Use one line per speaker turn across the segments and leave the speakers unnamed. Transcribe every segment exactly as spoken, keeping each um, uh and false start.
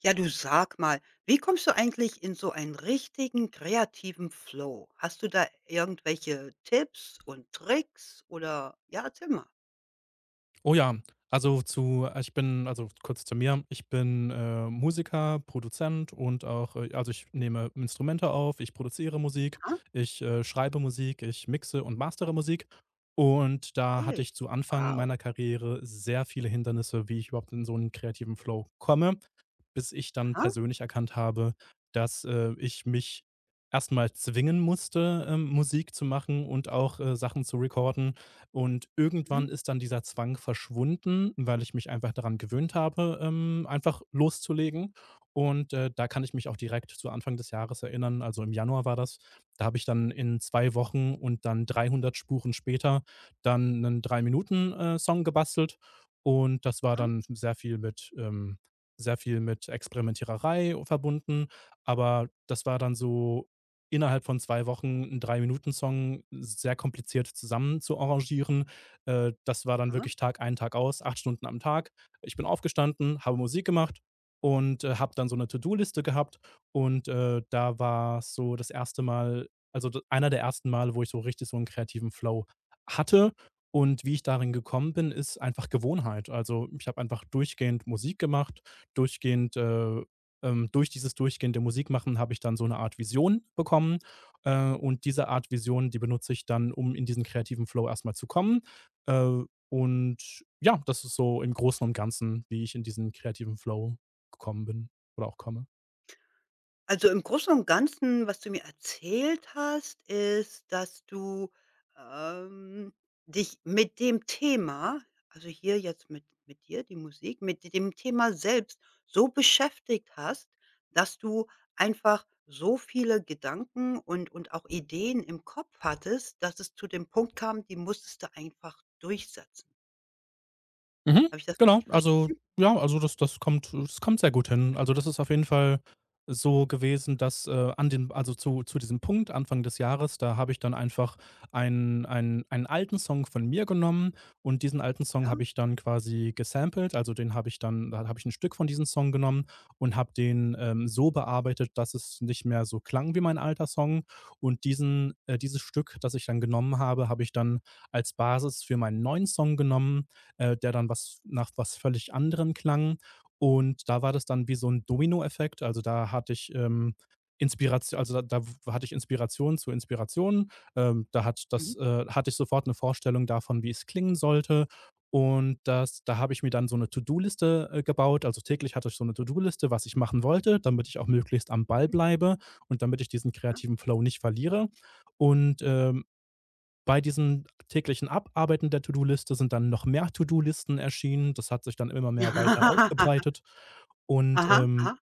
Ja, du sag mal, wie kommst du eigentlich in so einen richtigen kreativen Flow? Hast du da irgendwelche Tipps und Tricks oder ja, erzähl mal.
Oh ja, also zu äh, ich bin, also kurz zu mir. Ich bin, äh, Musiker, Produzent und auch, äh also ich nehme Instrumente auf, ich produziere Musik,
Aha,
ich, äh, schreibe Musik, ich mixe und mastere Musik. Und da hatte
okay.
ich zu Anfang
Wow.
meiner Karriere sehr viele Hindernisse, wie ich überhaupt in so einen kreativen Flow komme, bis ich dann
Aha.
persönlich erkannt habe, dass, äh, ich mich erstmal zwingen musste, ähm, Musik zu machen und auch, äh, Sachen zu recorden, und
Mhm.
irgendwann ist dann dieser Zwang verschwunden, weil ich mich einfach daran gewöhnt habe, ähm, einfach loszulegen. Und, äh, da kann ich mich auch direkt zu Anfang des Jahres erinnern, also im Januar war das. Da habe ich dann in zwei Wochen und dann dreihundert Spuren später dann einen drei Minuten, äh, Song gebastelt und das war dann sehr viel mit ähm, sehr viel mit Experimentiererei verbunden, aber das war dann so innerhalb von zwei Wochen 'n Drei-Minuten-Song sehr kompliziert zusammen zu arrangieren. Äh, das war dann
Aha.
wirklich Tag ein, Tag aus, acht Stunden am Tag. Ich bin aufgestanden, habe Musik gemacht und, äh, habe dann so eine To-do-Liste gehabt und, äh, da war so das erste Mal, also d einer der ersten Male, wo ich so richtig so einen kreativen Flow hatte. Und wie ich darin gekommen bin, ist einfach Gewohnheit. Also, ich habe einfach durchgehend Musik gemacht, durchgehend, äh, ähm, durch dieses durchgehende Musikmachen habe ich dann so eine Art Vision bekommen, äh, und diese Art Vision, die benutze ich dann, um in diesen kreativen Flow erstmal zu kommen. Äh, und ja, das ist so im Großen und Ganzen, wie ich in diesen kreativen Flow gekommen bin oder auch komme.
Also, im Großen und Ganzen, was du mir erzählt hast, ist, dass du, ähm, dich mit dem Thema, also hier jetzt mit mit dir, die Musik, mit dem Thema selbst so beschäftigt hast, dass du einfach so viele Gedanken und und auch Ideen im Kopf hattest, dass es zu dem Punkt kam, die musstest du einfach durchsetzen.
Mhm,
Habe ich das
genau.
richtig
Also,
verstanden?
ja, also das das kommt das kommt sehr gut hin. Also, das ist auf jeden Fall so gewesen, dass, äh, an den also zu zu diesem Punkt Anfang des Jahres, da habe ich dann einfach einen einen einen alten Song von mir genommen und diesen alten Song
Ja?
habe ich dann quasi gesamplet. Also, den habe ich dann da habe ich ein Stück von diesem Song genommen und habe den, ähm, so bearbeitet, dass es nicht mehr so klang wie mein alter Song. Und diesen äh, dieses Stück, das ich dann genommen habe, habe ich dann als Basis für meinen neuen Song genommen, äh, der dann was nach was völlig anderem klang. Und da war das dann wie so 'n Dominoeffekt. Also, da hatte ich, ähm, Inspiratio also, da da hatte ich Inspiration zu Inspiration. Ähm, da hat das
Mhm,
äh, Hatte ich sofort eine Vorstellung davon, wie es klingen sollte. Und das da habe ich mir dann so eine To-do-Liste, äh, gebaut. Also, täglich hatte ich so eine To-do-Liste, was ich machen wollte, damit ich auch möglichst am Ball
mhm,
bleibe und damit ich diesen
ja.
kreativen Flow nicht verliere. Und, ähm Bei diesem täglichen Abarbeiten der To-do-Liste sind dann noch mehr To-do-Listen erschienen. Das hat sich dann immer mehr weiter ausgebreitet. Und,
Aha,
ähm,
aha.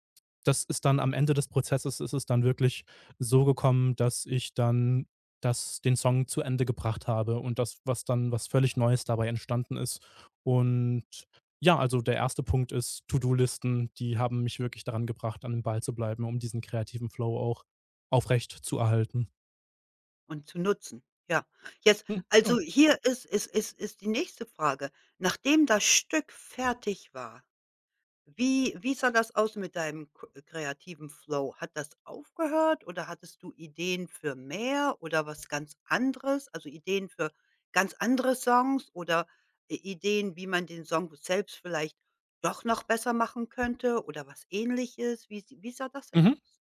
Das ist dann am Ende des Prozesses ist es dann wirklich so gekommen, dass ich dann das den Song zu Ende gebracht habe und das, was dann was völlig Neues dabei entstanden ist. Und ja, also der erste Punkt ist To-do-Listen, die haben mich wirklich daran gebracht, an dem Ball zu bleiben, um diesen kreativen Flow auch aufrecht zu erhalten.
Und zu nutzen, ja. Jetzt
Hm, ja.
also hier ist ist ist ist die nächste Frage. Nachdem das Stück fertig war, wie wie sah das aus mit deinem k äh, kreativen Flow? Hat das aufgehört oder hattest du Ideen für mehr oder was ganz anderes? Also, Ideen für ganz andere Songs oder I Ideen, wie man den Song selbst vielleicht doch noch besser machen könnte oder was Ähnliches? Wie sie wie sah das denn
Mhm.
aus?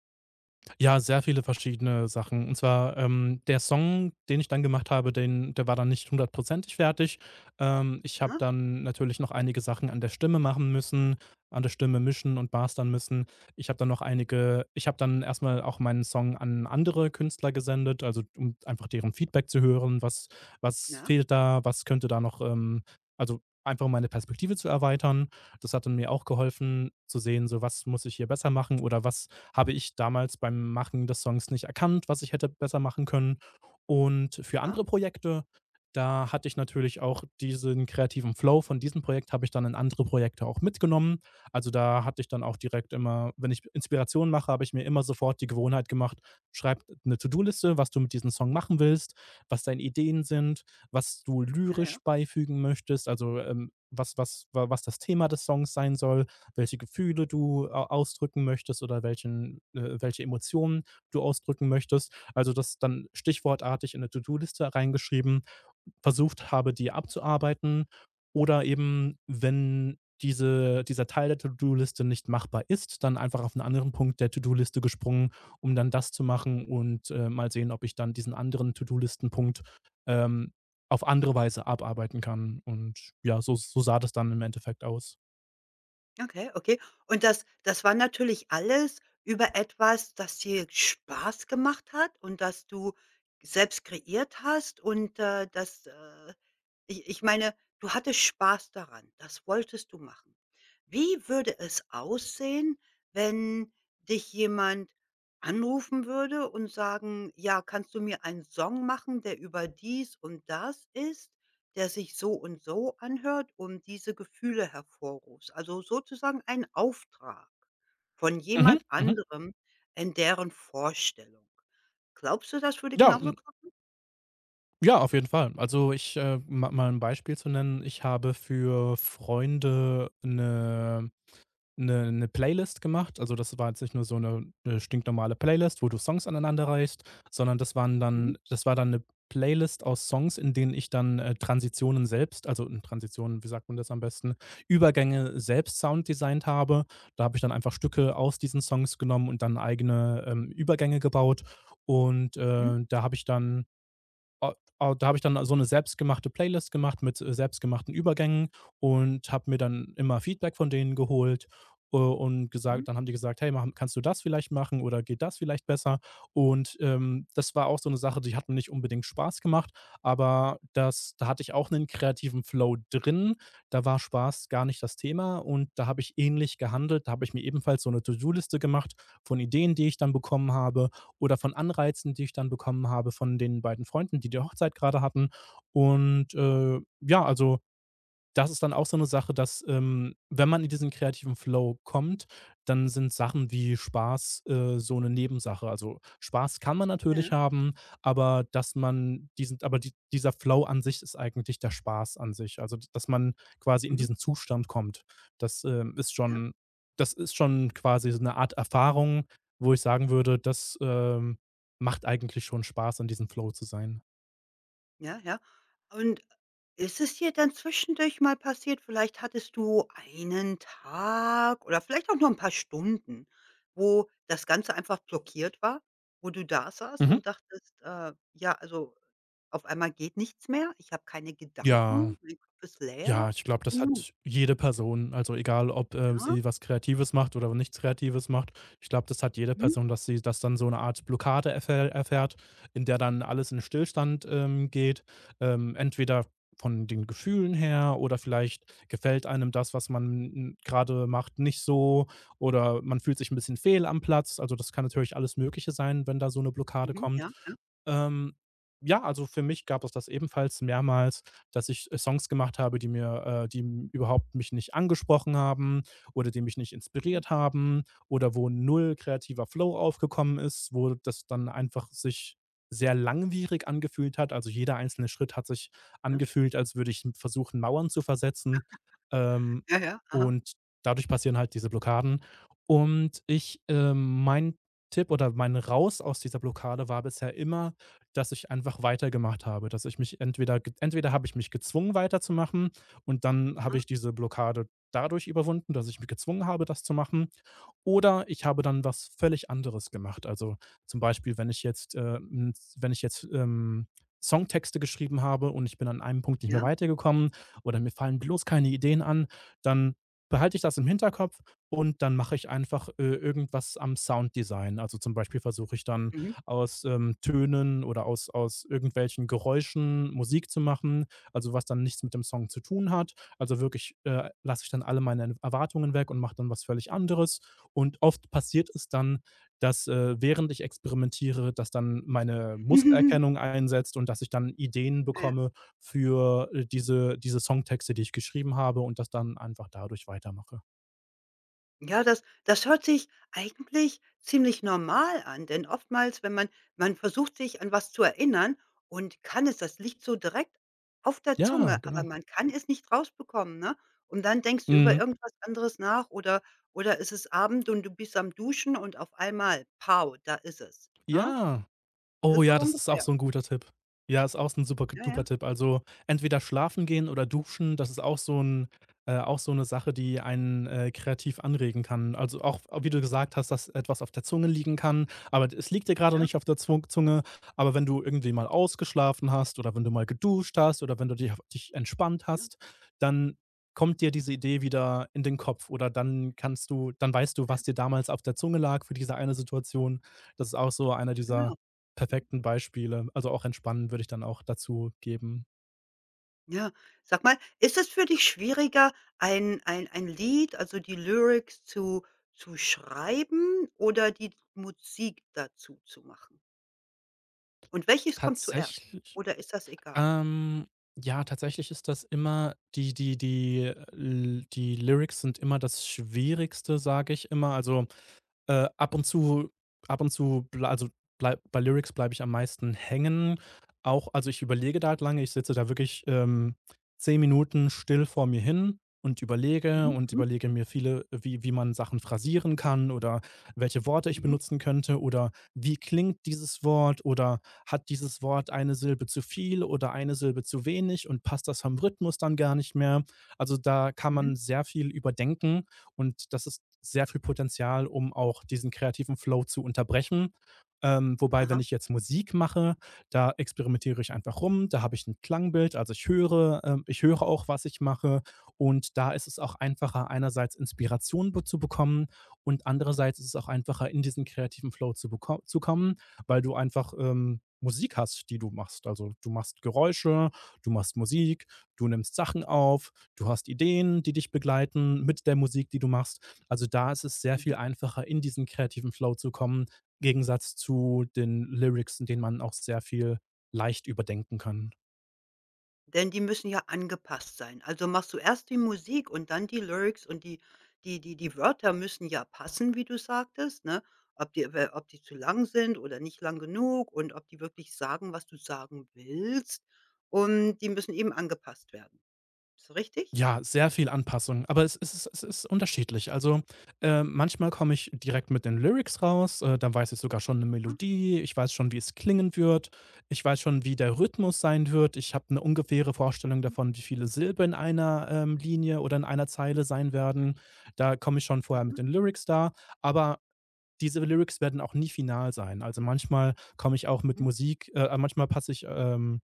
Ja, sehr viele verschiedene Sachen. Und zwar, ähm, der Song, den ich dann gemacht habe, den der war dann nicht hundertprozentig fertig. Ähm, ich habe
Aha,
dann natürlich noch einige Sachen an der Stimme machen müssen, an der Stimme mischen und mastern müssen. Ich habe dann noch einige ich habe dann erstmal auch meinen Song an andere Künstler gesendet, also, um einfach deren Feedback zu hören. Was was
ja,
fehlt da? Was könnte da noch, ähm Also, einfach meine Perspektive zu erweitern. Das hat dann mir auch geholfen zu sehen, so: „Was muss ich hier besser machen oder was habe ich damals beim Machen des Songs nicht erkannt, was ich hätte besser machen können. Und für
aha,
andere Projekte, da hatte ich natürlich auch diesen kreativen Flow von diesem Projekt habe ich dann in andere Projekte auch mitgenommen. Also, da hatte ich dann auch direkt, immer wenn ich Inspiration mache, habe ich mir immer sofort die Gewohnheit gemacht: Schreib eine To-do-Liste, was du mit diesem Song machen willst, was deine Ideen sind, was du
ja,
lyrisch
ja.
beifügen möchtest, also, ähm, was was wa was das Thema des Songs sein soll, welche Gefühle du au ausdrücken möchtest oder welchen äh, welche Emotionen du ausdrücken möchtest. Also, das dann stichwortartig in 'ne To-do-Liste reingeschrieben, versucht habe, die abzuarbeiten. Oder eben, wenn diese dieser Teil der To-do-Liste nicht machbar ist, dann einfach auf einen anderen Punkt der To-do-Liste gesprungen, um dann das zu machen und, äh, mal sehen, ob ich dann diesen anderen To-do-Listen-Punkt, ähm, auf andere Weise abarbeiten kann. Und ja, so so sah das dann im Endeffekt aus.
Okay, okay. Und das das war natürlich alles über etwas, das dir Spaß gemacht hat und das du selbst kreiert hast und, äh, das, äh ich ich meine, du hattest Spaß daran. Das wolltest du machen. Wie würde es aussehen, wenn dich jemand anrufen würde und sagen: „Ja, kannst du mir einen Song machen, der über dies und das ist?“ der sich so und so anhört und diese Gefühle hervorruft. Also sozusagen ein Auftrag von
Mhm,
jemand
mhm.
anderem in deren Vorstellung. Glaubst du, das würde
Ja,
genauso
n
klappen?
ja, auf jeden Fall. Also, ich, äh, um ma mal ein Beispiel zu nennen, ich habe für Freunde eine eine 'ne Playlist gemacht. Also, das war jetzt nicht nur so eine 'ne stinknormale Playlist, wo du Songs aneinander reihst, sondern das waren
Mhm,
dann das war dann eine Playlist aus Songs, in denen ich dann, äh, Transitionen selbst also, n Transitionen, wie sagt man das am besten? Übergänge selbst sounddesignt habe. Da habe ich dann einfach Stücke aus diesen Songs genommen und dann eigene, ähm, Übergänge gebaut und,
mhm,
äh, da habe ich dann a a da habe ich dann so eine selbstgemachte Playlist gemacht mit, äh, selbstgemachten Übergängen und habe mir dann immer Feedback von denen geholt, äh, und
mhm,
gesagt dann haben die gesagt: „Hey, machen kannst du das vielleicht machen oder geht das vielleicht besser?“ Und, ähm, das war auch so eine Sache, die hat mir nicht unbedingt Spaß gemacht, aber das da hatte ich auch einen kreativen Flow drin. Da war Spaß gar nicht das Thema und da habe ich ähnlich gehandelt. Da habe ich mir ebenfalls so eine To-do-Liste gemacht von Ideen, die ich dann bekommen habe oder von Anreizen, die ich dann bekommen habe von den beiden Freunden, die die Hochzeit gerade hatten. Und, äh, ja, also das ist dann auch so eine Sache, dass, ähm, wenn man in diesen kreativen Flow kommt, dann sind Sachen wie Spaß, äh, so eine Nebensache. Also, Spaß kann man
ja, ja,
natürlich haben, aber dass man diesen aber die dieser Flow an sich ist eigentlich der Spaß an sich. Also, d dass man quasi in
mhm,
diesen Zustand kommt. Das, ähm, ist
ja,
schon das ist schon quasi so eine Art Erfahrung, wo ich sagen würde, das, ähm, macht eigentlich schon Spaß, in diesem Flow zu sein.
ja, ja. Und ist es dir dann zwischendurch mal passiert, vielleicht hattest du einen Tag oder vielleicht auch nur ein paar Stunden, wo das Ganze einfach blockiert war, wo du da saßt
Mhm.
und dachtest, äh, ja, also Auf einmal geht nichts mehr. Ich habe keine
Ja.
Gedanken. Mein Kopf ist
Ja,
leer.
ich
Was
glaube,
denn
das
nun?
hat jede Person. Also egal, ob, äh,
Ja,
sie was Kreatives macht oder nichts Kreatives macht. Ich glaube, das hat jede
mhm,
Person, dass sie das dann so eine Art Blockade erfähr erfährt, in der dann alles in Stillstand, ähm, geht. Ähm, entweder von den Gefühlen her oder vielleicht gefällt einem das, was man gerade macht, nicht so oder man fühlt sich ein bisschen fehl am Platz. Also, das kann natürlich alles Mögliche sein, wenn da so eine Blockade
mhm,
kommt.
ja, ja,
Ähm, ja, also für mich gab es das ebenfalls mehrmals, dass ich, äh, Songs gemacht habe, die mir äh, die m überhaupt mich nicht angesprochen haben oder die mich nicht
mhm,
inspiriert haben oder wo null kreativer Flow aufgekommen ist, wo das dann einfach sich sehr langwierig angefühlt hat. Also, jeder einzelne Schritt hat sich
ja.
angefühlt, als würde ich versuchen, Mauern zu versetzen. Ähm,
Ja, ja, aha,
und dadurch passieren halt diese Blockaden. Und ich, ähm mein Tipp oder mein Raus aus dieser Blockade war bisher immer, dass ich einfach weitergemacht habe, dass ich mich entweder ge entweder habe ich mich gezwungen weiterzumachen und dann habe
aha,
ich diese Blockade dadurch überwunden, dass ich mich gezwungen habe, das zu machen, oder ich habe dann was völlig anderes gemacht. Also, zum Beispiel, wenn ich jetzt, äh, hm, wenn ich jetzt, ähm, Songtexte geschrieben habe und ich bin an einem Punkt nicht mehr
ja,
weitergekommen oder mir fallen bloß keine Ideen an, dann behalte ich das im Hinterkopf und dann mache ich einfach, äh, irgendwas am Sounddesign. Also, zum Beispiel versuche ich dann
mhm.
aus, ähm, Tönen oder aus aus irgendwelchen Geräuschen Musik zu machen, also, was dann nichts mit dem Song zu tun hat. Also, wirklich, äh, lasse ich dann alle meine Erwartungen weg und mache dann was völlig anderes. Und oft passiert es dann, dass, äh, während ich experimentiere, dass dann meine Mustererkennung einsetzt und dass ich dann Ideen
Ja, ja.
bekomme für, äh, diese diese Songtexte, die ich geschrieben habe und das dann einfach dadurch weitermache.
Ja, das das hört sich eigentlich ziemlich normal an, denn oftmals, wenn man man versucht sich an was zu erinnern und kann es, das liegt so direkt auf der
Ja,
Zunge, aber
genau.
man kann es nicht rausbekommen, ne? Und dann denkst du über
Mhm.
irgendwas anderes nach oder oder es ist Abend und du bist am Duschen und auf einmal, Pow, da ist es, ne?
Ja. Oh
Ist so
ja, das ist auch
ungefähr.
so 'n guter Tipp. Ja, ist auch 'n super g
Ja,
duper
ja,
Tipp. Also, entweder schlafen gehen oder duschen, das ist auch so 'n, äh, auch so 'ne Sache, die einen, äh, kreativ anregen kann. Also, auch wie du gesagt hast, dass etwas auf der Zunge liegen kann, aber es liegt dir grade
ja,
nicht auf der Zwung Zunge. Aber wenn du irgendwie mal ausgeschlafen hast oder wenn du mal geduscht hast oder wenn du dich dich entspannt
ja.
hast, dann kommt dir
Mhm.
diese Idee wieder in den Kopf oder dann kannst du dann weißt du, was dir damals auf der Zunge lag für diese eine Situation. Das ist auch so einer
Ja,
dieser
genau. Mhm.
perfekten Beispiele. Also, auch Entspannen würde ich dann auch dazu geben.
Ja, sag mal, ist es für dich schwieriger, ein ein ein Lied, also die Lyrics zu zu schreiben oder die Musik dazu zu machen? Und welches kommt zuerst?
Tatsächlich
Oder ist das egal?
ähm, ja, tatsächlich ist das immer die die die äh, l die Lyrics sind immer das Schwierigste, sage ich immer. Also, Äh, ab und zu ab und zu blei also, bleib bei Lyrics bleibe ich am meisten hängen. Auch also, ich überlege da halt lange. Ich sitze da wirklich, ähm, zehn Minuten still vor mir hin und überlege
Mhm,
und
mhm,
überlege mir viele wie wie man Sachen phrasieren kann oder welche Worte ich
mhm,
benutzen könnte oder wie klingt dieses Wort oder hat dieses Wort eine Silbe zu viel oder eine Silbe zu wenig und passt das vom Rhythmus dann gar nicht mehr? Also, da kann
mhm.
man sehr viel überdenken und das ist sehr viel Potenzial, um auch diesen kreativen Flow zu unterbrechen. Ähm, wobei, wenn
Aha.
ich jetzt Musik mache, da experimentiere ich einfach rum, da habe ich ein Klangbild, also ich höre, ähm, ich höre auch, was ich mache, und da ist es auch einfacher, einerseits Inspiration be zu bekommen, und andererseits ist es auch einfacher, in diesen kreativen Flow zu beko zu kommen, weil du einfach, ähm, Musik hast, die du machst. Also, du machst Geräusche, du machst Musik, du nimmst Sachen auf, du hast Ideen, die dich begleiten mit der Musik, die du machst. Also, da ist es sehr viel
Mhm.
einfacher, in diesen kreativen Flow zu kommen, Gegensatz zu den Lyrics, in denen man auch sehr viel leicht überdenken kann.
Denn die müssen ja angepasst sein. Also machst du erst die Musik und dann die Lyrics und die die die die Wörter müssen ja passen, wie du sagtest, ne? Ob die we ob die zu lang sind oder nicht lang genug und ob die wirklich sagen, was du sagen willst. Und die müssen eben angepasst werden. Ist richtig?
Ja, sehr viel Anpassung, aber es ist es ist unterschiedlich. Also, äh, manchmal komme ich direkt mit den Lyrics raus, äh, dann weiß ich sogar schon eine
Mhm.
Melodie, ich weiß schon, wie es klingen wird, ich weiß schon, wie der Rhythmus sein wird. Ich habe eine ungefähre Vorstellung
Mhm.
davon, wie viele Silben in einer, ähm, Linie oder in einer Zeile sein werden. Da komme ich schon vorher mit
Aha.
den Lyrics da, aber diese Lyrics werden auch nie final sein. Also, manchmal komme ich auch mit
Mhm.
Musik äh, äh, manchmal passe ich, ähm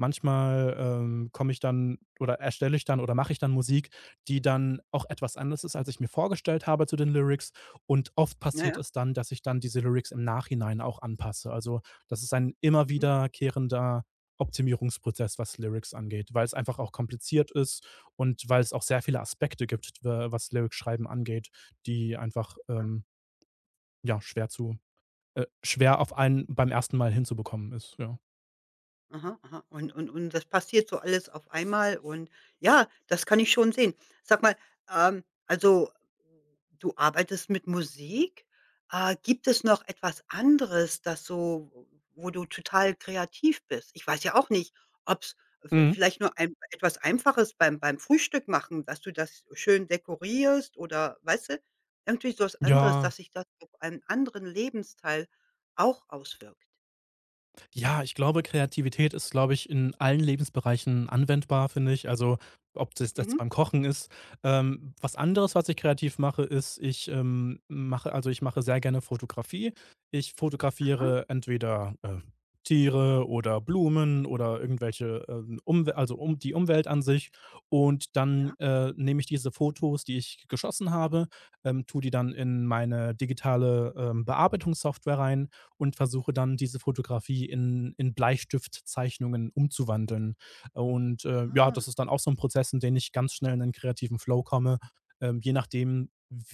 manchmal, ähm, komme ich dann oder erstelle ich dann oder mache ich dann Musik, die dann auch etwas anders ist, als ich mir vorgestellt habe zu den Lyrics. Und oft
Ja,
passiert
ja.
es dann, dass ich dann diese Lyrics im Nachhinein auch anpasse. Also, das ist ein immer
Mhm.
wiederkehrender Optimierungsprozess, was Lyrics angeht, weil es einfach auch kompliziert ist und weil es auch sehr viele Aspekte gibt, w was Lyrics schreiben angeht, die einfach, ähm ja, schwer zu äh, schwer auf einen beim ersten Mal hinzubekommen ist, ja.
Aha, aha. Und und und das passiert so alles auf einmal und ja, das kann ich schon sehen. Sag mal, ähm, also, du arbeitest mit Musik. Äh, gibt es noch etwas anderes, das so wo du total kreativ bist? Ich weiß ja auch nicht, ob es
Mhm.
vielleicht nur ein etwas Einfaches beim beim Frühstück machen, dass du das schön dekorierst oder weißt du, irgendwie so was anderes,
Ja,
dass sich das auf einen anderen Lebensteil auch auswirkt.
ja, ich glaube, Kreativität ist, glaube ich, in allen Lebensbereichen anwendbar, finde ich. Also, ob das jetzt
Mhm.
beim Kochen ist. Ähm, was anderes, was ich kreativ mache, ist, ich ähm, mache also, ich mache sehr gerne Fotografie. Ich
Aha,
fotografiere entweder, äh, Tiere oder Blumen oder irgendwelche, ähm, Umw also, um die Umwelt an sich, und dann,
ja.
äh, nehme ich diese Fotos, die ich geschossen habe, ähm, tue die dann in meine digitale, ähm, Bearbeitungssoftware rein und versuche dann diese Fotografie in, in Bleistiftzeichnungen umzuwandeln. Und äh, ja,
Aha,
das ist dann auch so ein Prozess, in den ich ganz schnell in einen kreativen Flow komme, ähm, je nachdem,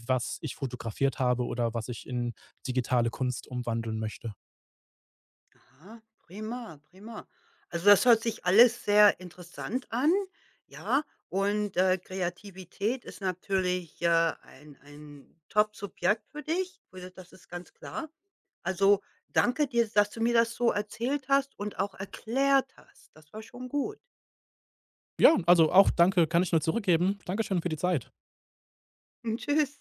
was ich fotografiert habe oder was ich in digitale Kunst umwandeln möchte.
aha, prima, prima. Also, das hört sich alles sehr interessant an, ja, und, äh, Kreativität ist natürlich, äh, ein ein Top-Subjekt für dich, also, das ist ganz klar. Also, danke dir, dass du mir das so erzählt hast und auch erklärt hast. Das war schon gut.
Ja, also auch danke, kann ich nur zurückgeben. Dankeschön für die Zeit.
Tschüss.